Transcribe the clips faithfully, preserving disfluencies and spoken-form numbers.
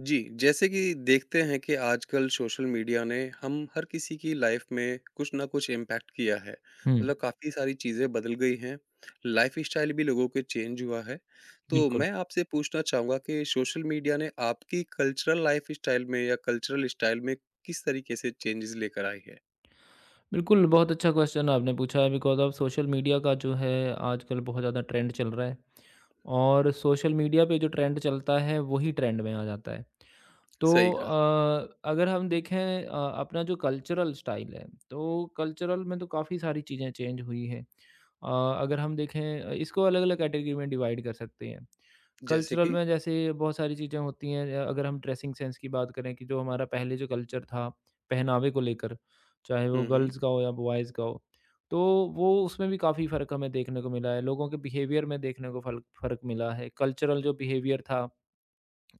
जी, जैसे कि देखते हैं कि आजकल सोशल मीडिया ने हम हर किसी की लाइफ में कुछ ना कुछ इम्पैक्ट किया है। हुँ, मतलब काफ़ी सारी चीज़ें बदल गई हैं, लाइफ़स्टाइल भी लोगों के चेंज हुआ है। तो बिल्कुल। मैं आपसे पूछना चाहूँगा कि सोशल मीडिया ने आपकी कल्चरल लाइफ़स्टाइल में या कल्चरल स्टाइल में किस तरीके से चेंजेस लेकर आई है? बिल्कुल, बहुत अच्छा क्वेश्चन आपने पूछा है बिकॉज़ ऑफ़ सोशल मीडिया का जो है आजकल बहुत ज़्यादा ट्रेंड चल रहा है और सोशल मीडिया पे जो ट्रेंड चलता है वही ट्रेंड में आ जाता है। तो सही कहा, अ, अगर हम देखें अ, अपना जो कल्चरल स्टाइल है तो कल्चरल में तो काफ़ी सारी चीज़ें चेंज हुई हैं। अ, अगर हम देखें अ, इसको अलग-अलग कैटेगरी में डिवाइड कर सकते हैं। जैसे कल्चरल कि में जैसे बहुत सारी चीज़ें होती हैं अ, अगर हम ड्रेसिंग सेंस की बात करें कि जो हमारा पहले जो कल्चर था पहनावे को लेकर, चाहे वो हुँ, हुँ, गर्ल्स का हो या बॉयज़ का हो, तो वो उसमें भी काफ़ी फ़र्क हमें देखने को मिला है। लोगों के बिहेवियर में देखने को फ़ल फ़र्क मिला है। कल्चरल जो बिहेवियर था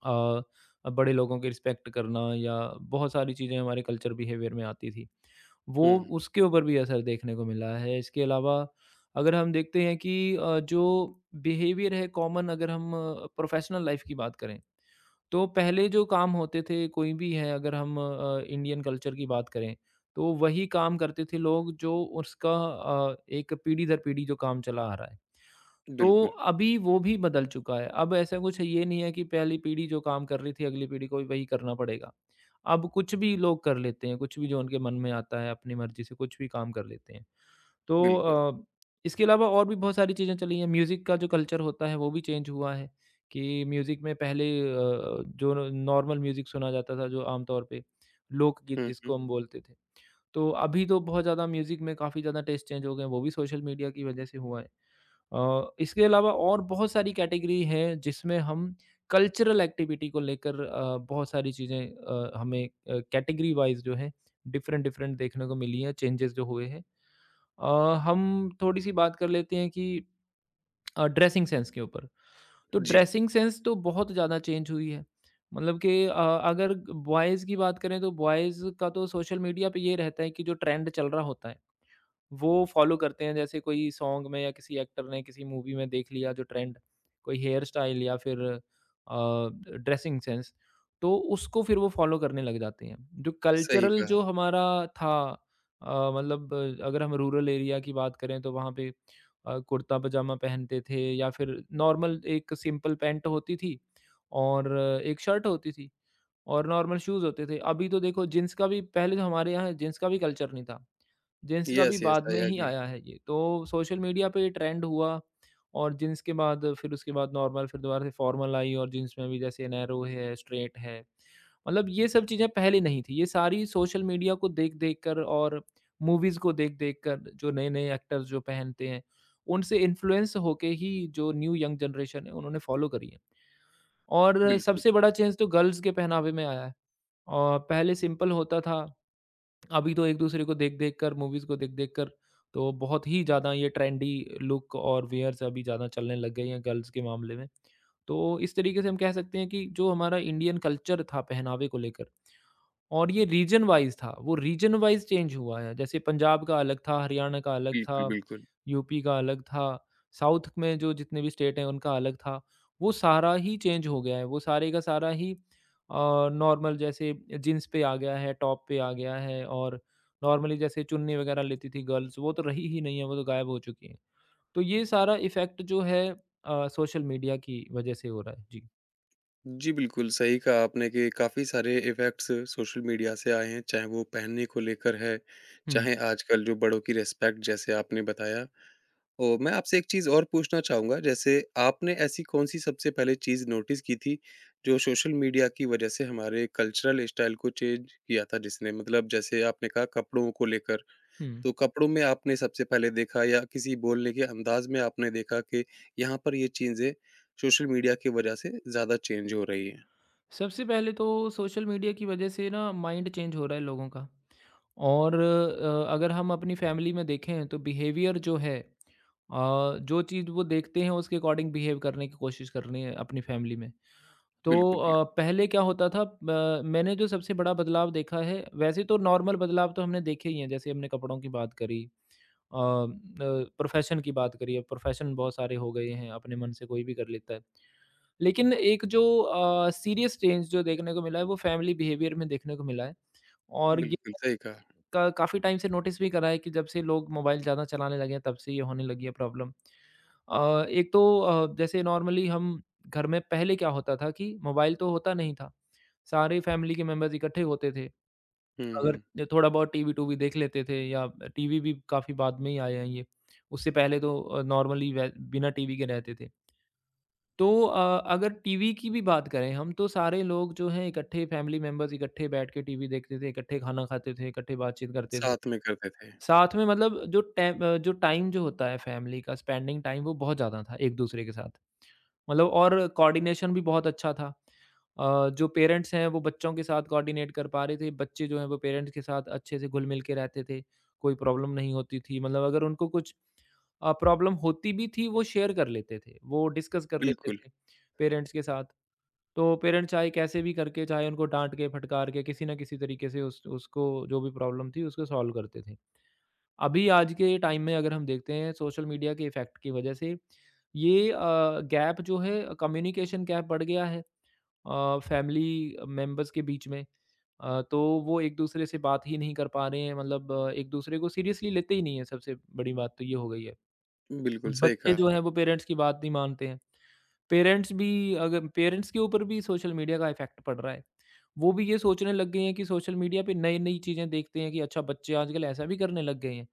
अ, बड़े लोगों की रिस्पेक्ट करना या बहुत सारी चीज़ें हमारे कल्चर बिहेवियर में आती थी वो हुँ, उसके ऊपर भी असर देखने को मिला है। इसके अलावा अगर हम देखते हैं कि अ, जो बिहेवियर है कॉमन अगर हम प्रोफेशनल लाइफ की बात करें तो पहले जो काम होते थे, कोई भी है अगर हम अ, इंडियन कल्चर की बात करें, तो वही काम करते थे लोग जो उसका अ, एक पीढ़ी दर पीढ़ी जो काम चला आ रहा है। तो बिल्कुल, अभी वो भी बदल चुका है। अब ऐसा कुछ ये नहीं है कि पहली पीढ़ी जो काम कर रही थी, अगली पीढ़ी को भी वही करना पड़ेगा। अब कुछ भी लोग कर लेते हैं, कुछ भी जो उनके मन में आता है, अपनी मर्ज़ी से कुछ भी काम कर लेते हैं। तो बिल्कुल। अ, इसके अलावा और भी बहुत सारी चीज़ें चली हैं। म्यूज़िक का जो कल्चर होता है वो भी चेंज हुआ है कि म्यूज़िक में पहले अ, जो नॉर्मल म्यूज़िक सुना जाता था जो आमतौर पे लोकगीत हुँ, जिसको हुँ, हम बोलते थे। तो अभी तो बहुत ज़्यादा म्यूज़िक में काफ़ी ज़्यादा टेस्ट चेंज हो गए हैं, वो भी सोशल मीडिया की वजह से हुआ है। अ, इसके अलावा और बहुत सारी कैटेगरी है जिसमें हम कल्चरल एक्टिविटी को लेकर अ, बहुत सारी चीज़ें अ, हमें अ, कैटेगरी वाइज़ जो है डिफरेंट-डिफरेंट देखने को मिली हैं, चेंजेज़ जो हुए हैं। अ, हम थोड़ी-सी बात कर लेते हैं कि अ, ड्रेसिंग सेंस के ऊपर। तो जी, ड्रेसिंग सेंस तो बहुत ज़्यादा चेंज हुई है। मतलब कि अ, अगर बॉयज़ की बात करें तो बॉयज़ का तो सोशल मीडिया पे ये रहता है कि जो ट्रेंड चल रहा होता है वो फॉलो करते हैं जैसे कोई सॉन्ग में या किसी एक्टर ने किसी मूवी में देख लिया जो ट्रेंड कोई हेयर स्टाइल या फिर अ, ड्रेसिंग सेंस, तो उसको फिर वो फॉलो करने लग जाते हैं। जो सही कल्चरल कहा। जो हमारा था अ, मतलब अ, अगर हम रूरल एरिया की बात करें तो वहाँ पे अ, कुर्ता पजामा पहनते थे या फिर नॉर्मल एक सिंपल पैंट होती थी और एक शर्ट होती थी और नॉर्मल शूज़ होते थे। अभी तो देखो जींस का भी, पहले तो हमारे यहाँ जींस का भी कल्चर नहीं था, जेंट्स का भी यस, यस, बाद आई में ही एग्री। आया है ये। तो सोशल मीडिया पे ये ट्रेंड हुआ और जीन्स के बाद फिर उसके बाद नॉर्मल फिर दोबारा से फॉर्मल आई और जीन्स में भी जैसे नैरो है, स्ट्रेट है। मतलब ये सब चीज़ें पहले नहीं थी। ये सारी सोशल मीडिया को देख-देख कर और मूवीज़ को देख-देख कर जो नए-नए एक्टर्स जो पहनते हैं, उनसे इन्फ्लुएंस होके ही जो न्यू यंग जनरेशन है उन्होंने फॉलो करी है। और बिल्कुल, सबसे बड़ा चेंज तो गर्ल्स के पहनावे में आया है। और पहले सिंपल होता था, अभी तो एक-दूसरे को देख-देख कर मूवीज़ को देख-देख कर तो बहुत ही ज़्यादा ये ट्रेंडी लुक और वेयर्स अभी ज़्यादा चलने लग गए हैं गर्ल्स के मामले में। तो इस तरीके से हम कह सकते हैं कि जो हमारा इंडियन कल्चर था पहनावे को लेकर और ये रीजन वाइज़ था, वो रीजन वाइज़ चेंज हुआ है। जैसे पंजाब का अलग था, हरियाणा का अलग बिल्कुल, था, बिल्कुल। यूपी का अलग था, साउथ में जो जितने भी स्टेट हैं उनका अलग था। वो सारा ही चेंज हो गया है, वो सारे का सारा ही अ, नॉर्मल जैसे जीन्स पे आ गया है, टॉप पे आ गया है और नॉर्मली जैसे चुन्नी वगैरह लेती थी गर्ल्स, वो तो रही ही नहीं है, वो तो गायब हो चुकी हैं। तो ये सारा इफ़ेक्ट जो है अ, सोशल मीडिया की वजह से हो रहा है। जी। जी, बिल्कुल, सही कहा आपने कि काफ़ी सारे इफ़ेक्ट्स सोशल मीडिया से आए हैं, चाहे वो पहनने को लेकर है, हुँ, चाहे आजकल जो बड़ों की रिस्पेक्ट जैसे आपने बताया। और मैं आपसे एक चीज़ और पूछना चाहूँगा, जैसे आपने ऐसी कौन-सी सबसे पहले चीज़ नोटिस की थी, जो सोशल मीडिया की वजह से हमारे कल्चरल स्टाइल को चेंज किया था जिसने? मतलब जैसे आपने कहा कपड़ों को लेकर, हुँ। तो कपड़ों में आपने सबसे पहले देखा या किसी बोलने के अंदाज़ में आपने देखा कि यहाँ पर ये चीज़ें सोशल मीडिया की वजह से ज़्यादा चेंज हो रही हैं? सबसे पहले तो सोशल मीडिया की वजह से ना माइंड चेंज हो रहा है लोगों का और अ, अगर हम अपनी फैमिली में देखें तो बिहेवियर जो है अ, जो चीज़ वो देखते हैं उसके अकॉर्डिंग बिहेव करने की कोशिश कर रही है अपनी फैमिली में। तो बिल्कुल, बिल्कुल। अ, पहले क्या होता था, अ, मैंने जो सबसे बड़ा बदलाव देखा है, वैसे तो नॉर्मल बदलाव तो हमने देखे ही हैं, जैसे हमने कपड़ों की बात करी, अ, प्रोफेशन की बात करिए, प्रोफेशन बहुत सारे हो गए हैं, अपने मन से कोई भी कर लेता है, लेकिन एक जो सीरियस चेंज जो देखने को मिला है वो फैमिली बिहेवियर में देखने को मिला है। और ये बिल्कुल, सही कहा। का, काफ़ी टाइम से नोटिस भी करा है कि जब से लोग मोबाइल ज़्यादा चलाने लगे हैं तब से ये होने लगी है प्रॉब्लम। एक तो अ, जैसे नॉर्मली हम घर में पहले क्या होता था कि मोबाइल तो होता नहीं था, सारे फैमिली के मेम्बर्स इकट्ठे होते थे, हुँ, अगर हुँ। ज थोड़ा बहुत टीवी-टूवी देख लेते थे या टीवी भी काफ़ी बाद में ही आए हैं ये। उससे पहले तो अ, नॉर्मली वे बिना टीवी के रहते थे। तो अ, अगर टीवी की भी बात करें हम तो सारे लोग जो हैं इकट्ठे फैमिली मेंबर्स इकट्ठे बैठ के टीवी देखते थे, इकट्ठे खाना खाते थे, इकट्ठे बातचीत करते थे। साथ में करते थे। साथ में मतलब जो टैम अ, जो टाइम जो होता है फैमिली का स्पेंडिंग टाइम वो बहुत ज़्यादा था एक-दूसरे के साथ। मतलब और कोऑर्डिनेशन भी बहुत अच्छा था। अ, जो पेरेंट्स हैं वो बच्चों के साथ कोऑर्डिनेट कर पा रहे थे, बच्चे जो हैं वो पेरेंट्स के साथ अच्छे से घुल-मिल के रहते थे, कोई प्रॉब्लम नहीं होती थी। मतलब अगर उनको कुछ अ, प्रॉब्लम होती भी थी वो शेयर कर लेते थे, वो डिस्कस कर लेते बिल्कुल, थे पेरेंट्स के साथ। तो पेरेंट्स चाहे कैसे भी करके, चाहे उनको डाँट के, फटकार के, किसी न किसी तरीके से उस उसको जो भी प्रॉब्लम थी उसको सॉल्व करते थे। अभी आज के टाइम में अगर हम देखते हैं सोशल मीडिया के इफ़ेक्ट की वजह से ये अ, गैप जो है कम्युनिकेशन गैप बढ़ गया है अ, फैमिली मेंबर्स के बीच में। अ, तो वो एक-दूसरे से बात ही नहीं कर पा रहे हैं, मतलब एक-दूसरे को सीरियसली लेते ही नहीं है, सबसे बड़ी बात तो ये हो गई है। बिल्कुल सही बच्चे कहा। जो हैं वो पेरेंट्स की बात नहीं मानते हैं। पेरेंट्स भी, अगर पेरेंट्स के ऊपर भी सोशल मीडिया का इफ़ेक्ट पड़ रहा है। वो भी ये सोचने लग गए हैं कि सोशल मीडिया पे नई-नई चीज़ें देखते हैं कि अच्छा बच्चे आजकल ऐसा भी करने लग गए हैं।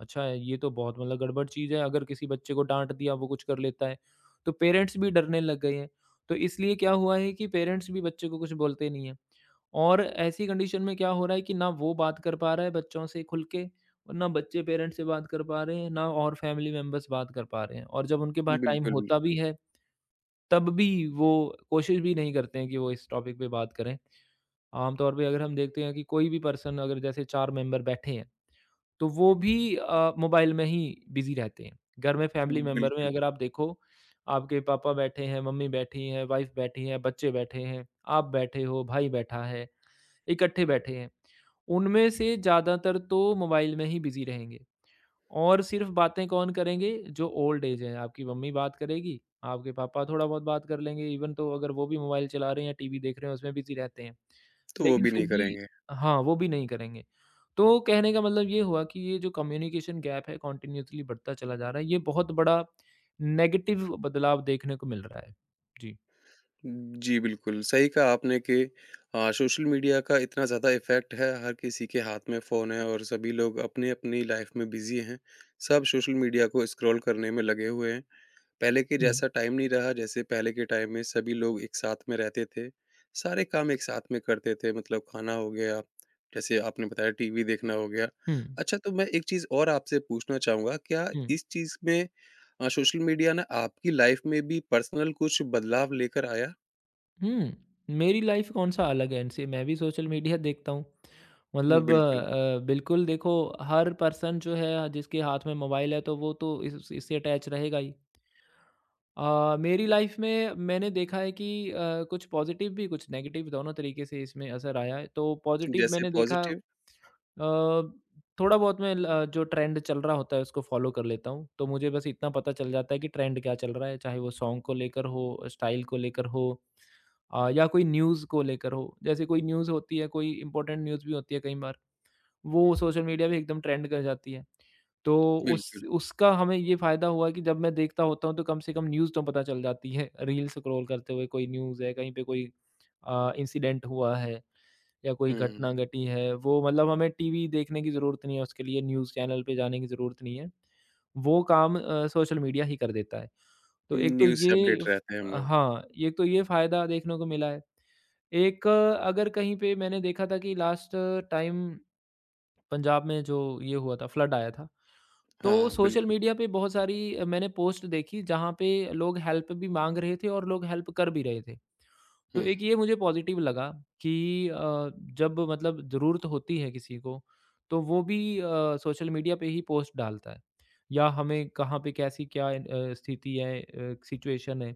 अच्छा है, ये तो बहुत मतलब गड़बड़ चीज़ है, अगर किसी बच्चे को डाँट दिया वो कुछ कर लेता है, तो पेरेंट्स भी डरने लग गए हैं। तो इसलिए क्या हुआ है कि पेरेंट्स भी बच्चे को कुछ बोलते नहीं हैं और ऐसी कंडीशन में क्या हो रहा है कि ना वो बात कर पा रहा है बच्चों से खुल के और ना बच्चे पेरेंट्स से बात कर पा रहे हैं, ना और फैमिली मेंबर्स बात कर पा रहे हैं, और जब उनके पास टाइम बिल्कुल, होता बिल भी है, तब भी वो कोशिश भी नहीं करते हैं कि वो इस टॉपिक पे बात करें। आमतौर पे अगर हम देखते हैं कि कोई भी पर्सन अगर जैसे चार मेंबर बैठे हैं तो वो भी अ, मोबाइल में ही बिज़ी रहते हैं। घर में फैमिली मेंबर में बिल्कुल, अगर आप देखो, आपके पापा बैठे हैं, मम्मी बैठी हैं, वाइफ़ बैठी है, बच्चे बैठे हैं, आप बैठे हो, भाई बैठा है, इकट्ठे बैठे हैं। उनमें से ज़्यादातर तो मोबाइल में ही बिज़ी रहेंगे। और सिर्फ़ बातें कौन करेंगे? जो ओल्ड एज है। आपकी मम्मी बात करेगी, आपके पापा थोड़ा बहुत बात कर लेंगे, इवन तो अगर वो भी मोबाइल चला रहे हैं या टीवी देख रहे हैं, उसमें बिज़ी रहते हैं। तो वो लेकिन भी फिर नहीं भी करेंगे। हाँ, वो भी नहीं करेंगे। तो कहने का मतलब ये हुआ कि ये जो कम्युनिकेशन गैप है, कॉन्टिन्यूअसली बढ़ता चला जा रहा है। ये बहुत बड़ा नेगेटिव बदलाव देखने को मिल रहा है। जी। जी, बिल्कुल, सही कहा आपने कि अ, सोशल मीडिया का इतना ज़्यादा इफ़ेक्ट है, हर किसी के हाथ में फ़ोन है और सभी लोग अपनी-अपनी लाइफ़ में बिज़ी हैं। सब सोशल मीडिया को स्क्रॉल करने में लगे हुए हैं। पहले के हुँ। जैसा टाइम नहीं रहा, जैसे पहले के टाइम में सभी लोग एक साथ में रहते थे, सारे काम एक साथ में करते थे मतलब खाना हो गया, जैसे आपने बताया टीवी देखना हो गया। हुँ, अच्छा तो मैं एक चीज़ और आपसे पूछना चाहूँगा, क्या हुँ। इस चीज़ में अ, सोशल मीडिया ना आपकी लाइफ में भी पर्सनल कुछ बदलाव लेकर आया? हुँ, मेरी लाइफ़ कौन-सा अलग है इनसे, मैं भी सोशल मीडिया देखता हूँ। हुँ, मतलब बिल्कुल, अ, बिल्कुल देखो, हर पर्सन जो है जिसके हाथ में मोबाइल है तो वो तो इस इससे अटैच रहेगा ही। अ, मेरी लाइफ़ में मैंने देखा है कि अ, कुछ पॉज़िटिव भी कुछ नेगेटिव दोनों तरीके से इसमें असर आया है। तो पॉज़िटिव जैसे मैंने देखा, अ, पॉज़िटिव? थोड़ा बहुत मैं ल जो ट्रेंड चल रहा होता है उसको फ़ॉलो कर लेता हूँ। तो मुझे बस इतना पता चल जाता है कि ट्रेंड क्या चल रहा है, चाहे वो सॉन्ग को लेकर हो, स्टाइल को लेकर हो, अ, या कोई न्यूज़ को लेकर हो, जैसे कोई न्यूज़ होती है, कोई इम्पोर्टेंट न्यूज़ भी होती है कई बार, वो सोशल मीडिया पे एकदम ट्रेंड कर जाती है। तो उस बिल्कुल, उसका हमें ये फ़ायदा हुआ कि जब मैं देखता होता हूँ, तो कम से कम न्यूज़ तो पता चल जाती है, रील स्क्रॉल करते हुए कोई न्यूज़ है, कहीं पे कोई अ, इंसिडेंट हुआ है या कोई हुँ, घटना घटी है, वो मतलब हमें टीवी देखने की ज़रूरत नहीं है उसके लिए, न्यूज़ चैनल पे जाने की ज़रूरत नहीं है। वो काम अ, सोशल मीडिया ही कर देता है। तो एक तो न्यूज़ से ये अपडेट फ रहते हैं हम लोग। हाँ, एक तो ये फ़ायदा देखने को मिला है। एक, अ, अगर कहीं पे मैंने देखा था कि लास्ट टाइम पंजाब में जो ये हुआ था, फ्लड आया था, तो हाँ, सोशल बिल्कुल, मीडिया पे बहुत सारी अ, मैंने पोस्ट देखी जहाँ पे लोग हेल्प भी माँग रहे थे और लोग हेल्प कर भी रहे थे। तो हुँ, एक ये मुझे पॉज़िटिव लगा कि अ, जब मतलब ज़रूरत होती है किसी को, तो वो भी अ, सोशल मीडिया पे ही पोस्ट डालता है या हमें कहाँ पे कैसी क्या अ, स्थिति है, अ, सिचुएशन है,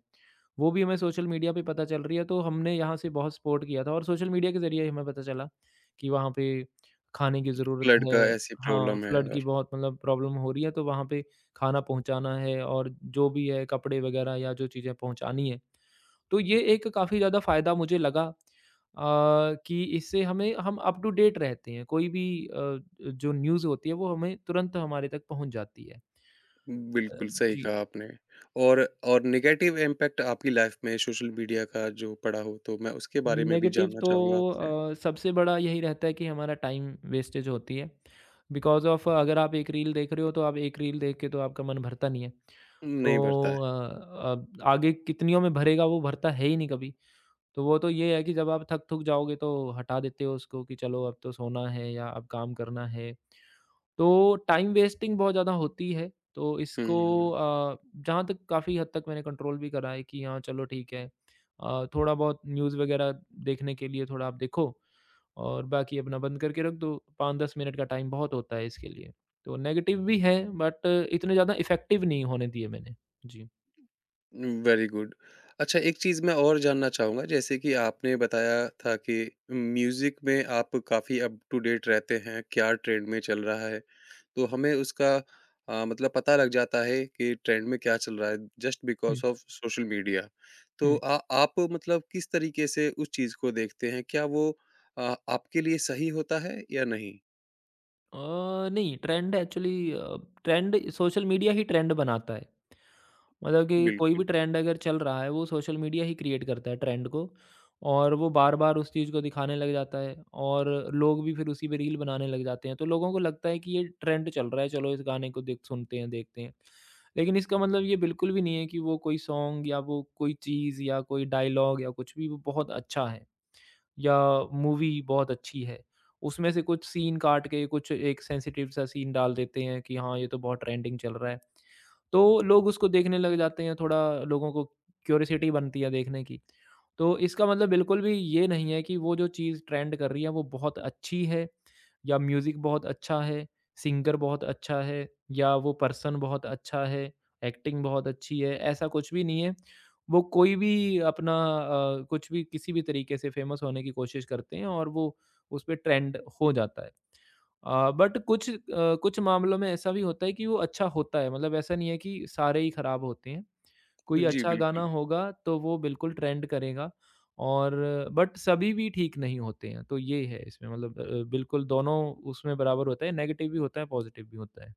वो भी हमें सोशल मीडिया पे पता चल रही है। तो हमने यहाँ से बहुत सपोर्ट किया था और सोशल मीडिया के ज़रिए ही हमें पता चला कि वहाँ पे खाने की ज़रूरत फ्लड है। का ऐसी हाँ, प्रॉब्लम है फ्लड की और बहुत मतलब प्रॉब्लम हो रही है, तो वहाँ पे खाना पहुँचाना है और जो भी है कपड़े वग़ैरह या जो चीज़ें पहुँचानी है। तो ये एक काफ़ी ज़्यादा फ़ायदा मुझे लगा, अ, कि इससे हमें हम अप टू डेट रहते हैं। कोई भी, अ, जो न्यूज़ होती है वो हमें तुरंत हमारे तक पहुँच जाती है। अ, बिल्कुल, सही जी। कहा आपने और और नेगेटिव इम्पैक्ट आपकी लाइफ़ में सोशल मीडिया का जो पड़ा हो, तो मैं उसके बारे में भी नेगेटिव जानना तो चाहूँगा आपसे? अ, सबसे बड़ा यही रहता है कि हमारा टाइम वेस्टेज होती है। बिकॉज़ ऑफ़ अगर आप एक रील देख रहे हो तो आप एक रील देख के तो आपका मन भरता नहीं है। नहीं भरता तो अ, है। अब आगे कितनियों में भरेगा, वो भरता है ही नहीं कभी। तो वो तो ये है कि जब आप थक-थुक जाओगे तो हटा देते हो उसको कि चलो अब तो सोना है या अब काम करना है। तो टाइम वेस्टिंग बहुत ज़्यादा होती है। तो हुँ, इसको हुँ, हुँ। अ, जहाँ तक काफ़ी हद तक मैंने कंट्रोल भी करा है कि हाँ, चलो ठीक है। अ, थोड़ा बहुत न्यूज़ वगैरह देखने के लिए थोड़ा आप देखो और बाकी अपना बंद करके रख दो। पाँच से दस मिनट का टाइम बहुत होता है इसके लिए। तो नेगेटिव भी है, बट इतने ज़्यादा इफ़ेक्टिव नहीं होने दिए मैंने। जी। Very good. अच्छा एक चीज़ मैं और जानना चाहूँगा जैसे कि आपने बताया था कि म्यूज़िक में आप काफ़ी अप टू डेट रहते हैं, क्या ट्रेंड में चल रहा है? तो हमें उसका अ, मतलब पता लग जाता है कि ट्रेंड में क्या चल रहा है just because hmm, of social media. तो हुँ। आ आप मतलब किस तरीके से उस चीज़ को देखते हैं? क्या वो अ, आपके लिए सही होता है या नहीं? अ, नहीं, trend actually, uh, trend social media ही ट्रेंड बनाता है। मतलब कि कोई भी बिल्कुल। ट्रेंड अगर चल रहा है वो सोशल मीडिया ही क्रिएट करता है ट्रेंड को, और वो बार-बार उस चीज़ को दिखाने लग जाता है और लोग भी फिर उसी पे रील बनाने लग जाते हैं। तो लोगों को लगता है कि ये ट्रेंड चल रहा है, चलो इस गाने को देख सुनते हैं, देखते हैं। लेकिन इसका मतलब ये बिल्कुल भी नहीं है कि वो कोई सॉन्ग या वो कोई चीज़ या कोई डायलॉग या कुछ भी वो बहुत अच्छा है या मूवी बहुत अच्छी है। उसमें से कुछ सीन काट के कुछ एक सेंसिटिव सा सीन डाल देते हैं कि हाँ, ये तो बहुत ट्रेंडिंग चल रहा है। तो लोग उसको देखने लग जाते हैं, थोड़ा लोगों को क्यूरियोसिटी बनती है देखने की। तो इसका मतलब बिल्कुल भी ये नहीं है कि वो जो चीज़ ट्रेंड कर रही है वो बहुत अच्छी है या म्यूज़िक बहुत अच्छा है, सिंगर बहुत अच्छा है या वो पर्सन बहुत अच्छा है, एक्टिंग बहुत अच्छी है, ऐसा कुछ भी नहीं है। वो कोई भी अपना अ, कुछ भी किसी भी तरीके से फेमस होने की कोशिश करते हैं और वो उस पे ट्रेंड हो जाता है। अ, बट कुछ अ, कुछ मामलों में ऐसा भी होता है कि वो अच्छा होता है, मतलब ऐसा नहीं है कि सारे ही खराब होते हैं। कोई जी, अच्छा गाना बिल्कुल। होगा तो वो बिल्कुल ट्रेंड करेगा, और बट सभी भी ठीक नहीं होते हैं। तो ये है, इसमें मतलब अ, बिल्कुल दोनों उसमें बराबर होता है, नेगेटिव भी होता है, पॉज़िटिव भी होता है।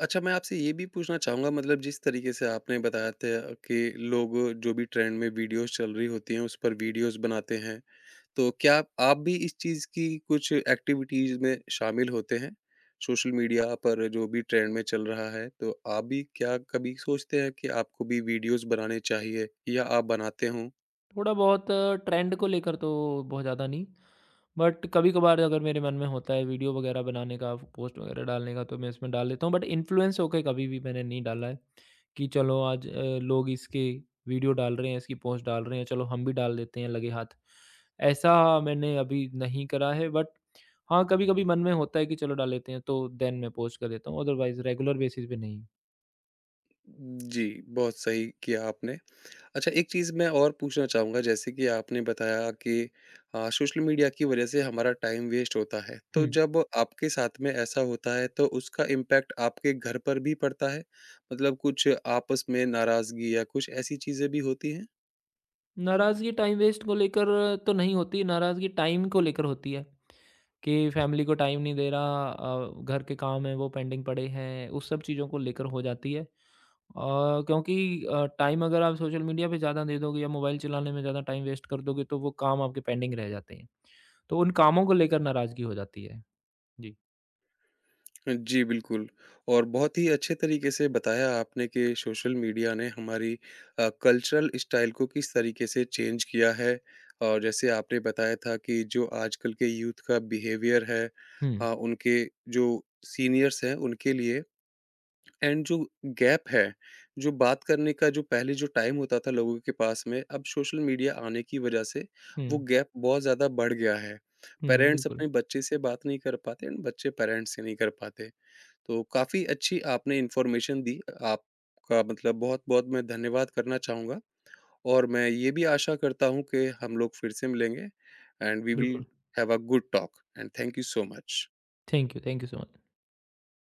अच्छा मैं आपसे ये भी पूछना चाहूँगा मतलब जिस तरीके से आपने बताया था कि लोग जो भी ट्रेंड में वीडियोज़ चल रही होती हैं, उस पर वीडियोज़ बनाते हैं। तो क्या आप आप भी इस चीज़ की कुछ एक्टिविटीज़ में शामिल होते हैं? सोशल मीडिया पर जो भी ट्रेंड में चल रहा है, तो आप भी क्या कभी सोचते हैं कि आपको भी वीडियोज़ बनाने चाहिए या आप बनाते हों? थोड़ा बहुत ट्रेंड को लेकर तो बहुत ज़्यादा नहीं, बट कभी-कभार अगर मेरे मन में होता है वीडियो वगैरह बनाने का, पोस्ट वगैरह डालने का, तो मैं इसमें डाल लेता हूँ। बट इन्फ्लुएंस होके कभी भी मैंने नहीं डाला है कि चलो आज, अ, लोग इसके वीडियो डाल रहे हैं, इसकी पोस्ट डाल रहे हैं, चलो हम भी डाल देते हैं लगे हाथ। ऐसा मैंने अभी नहीं करा है, बट हाँ, कभी-कभी मन में होता है कि चलो डाल लेते हैं, तो देन मैं पोस्ट कर देता हूँ, अदरवाइज़ रेगुलर बेसिस पे नहीं। जी, बहुत सही किया आपने। अच्छा, एक चीज़ मैं और पूछना चाहूँगा जैसे कि आपने बताया कि अ, सोशल मीडिया की वज़ह से हमारा टाइम वेस्ट होता है, तो हुँ। जब आपके साथ में ऐसा होता है तो उसका इम्पैक्ट आपके घर पर भी पड़ता है? मतलब कुछ आपस में नाराज़गी या कुछ ऐसी चीज़ें भी होती हैं? नाराज़गी टाइम वेस्ट को लेकर तो नहीं होती, नाराज़गी टाइम को लेकर होती है, कि फैमिली को टाइम नहीं दे रहा, अ, घर के काम हैं वो पेंडिंग पड़े हैं, उस सब चीज़ों को लेकर हो जाती है। अ, क्योंकि अ, टाइम अगर आप सोशल मीडिया पे ज़्यादा दे दोगे या मोबाइल चलाने में ज़्यादा टाइम वेस्ट कर दोगे तो वो काम आपके पेंडिंग रह जाते हैं। तो उन कामों को लेकर नाराज़गी हो जाती है। जी। जी, बिल्कुल और बहुत ही अच्छे तरीके से बताया आपने कि सोशल मीडिया ने हमारी अ, कल्चरल स्टाइल को किस तरीके से चेंज किया है और जैसे आपने बताया था कि जो आजकल के यूथ का बिहेवियर है अ, हुँ। उनके जो सीनियर्स हैं उनके लिए एंड जो गैप है, जो बात करने का जो पहले जो टाइम होता था लोगों के पास में, अब सोशल मीडिया आने की वजह से वो हुँ। गैप बहुत ज़्यादा बढ़ गया है। हुँ, पेरेंट्स बिल्कुल, अपने बच्चे से बात नहीं कर पाते एंड बच्चे पेरेंट्स से नहीं कर पाते। तो काफ़ी अच्छी आपने इन्फॉर्मेशन दी। आपका मतलब बहुत-बहुत मैं धन्यवाद करना चाहूँगा और मैं ये भी आशा करता हूँ कि हम लोग फिर से मिलेंगे एंड वी विल बिल्कुल। Have a good talk and thank you so much. Thank you, thank you so much.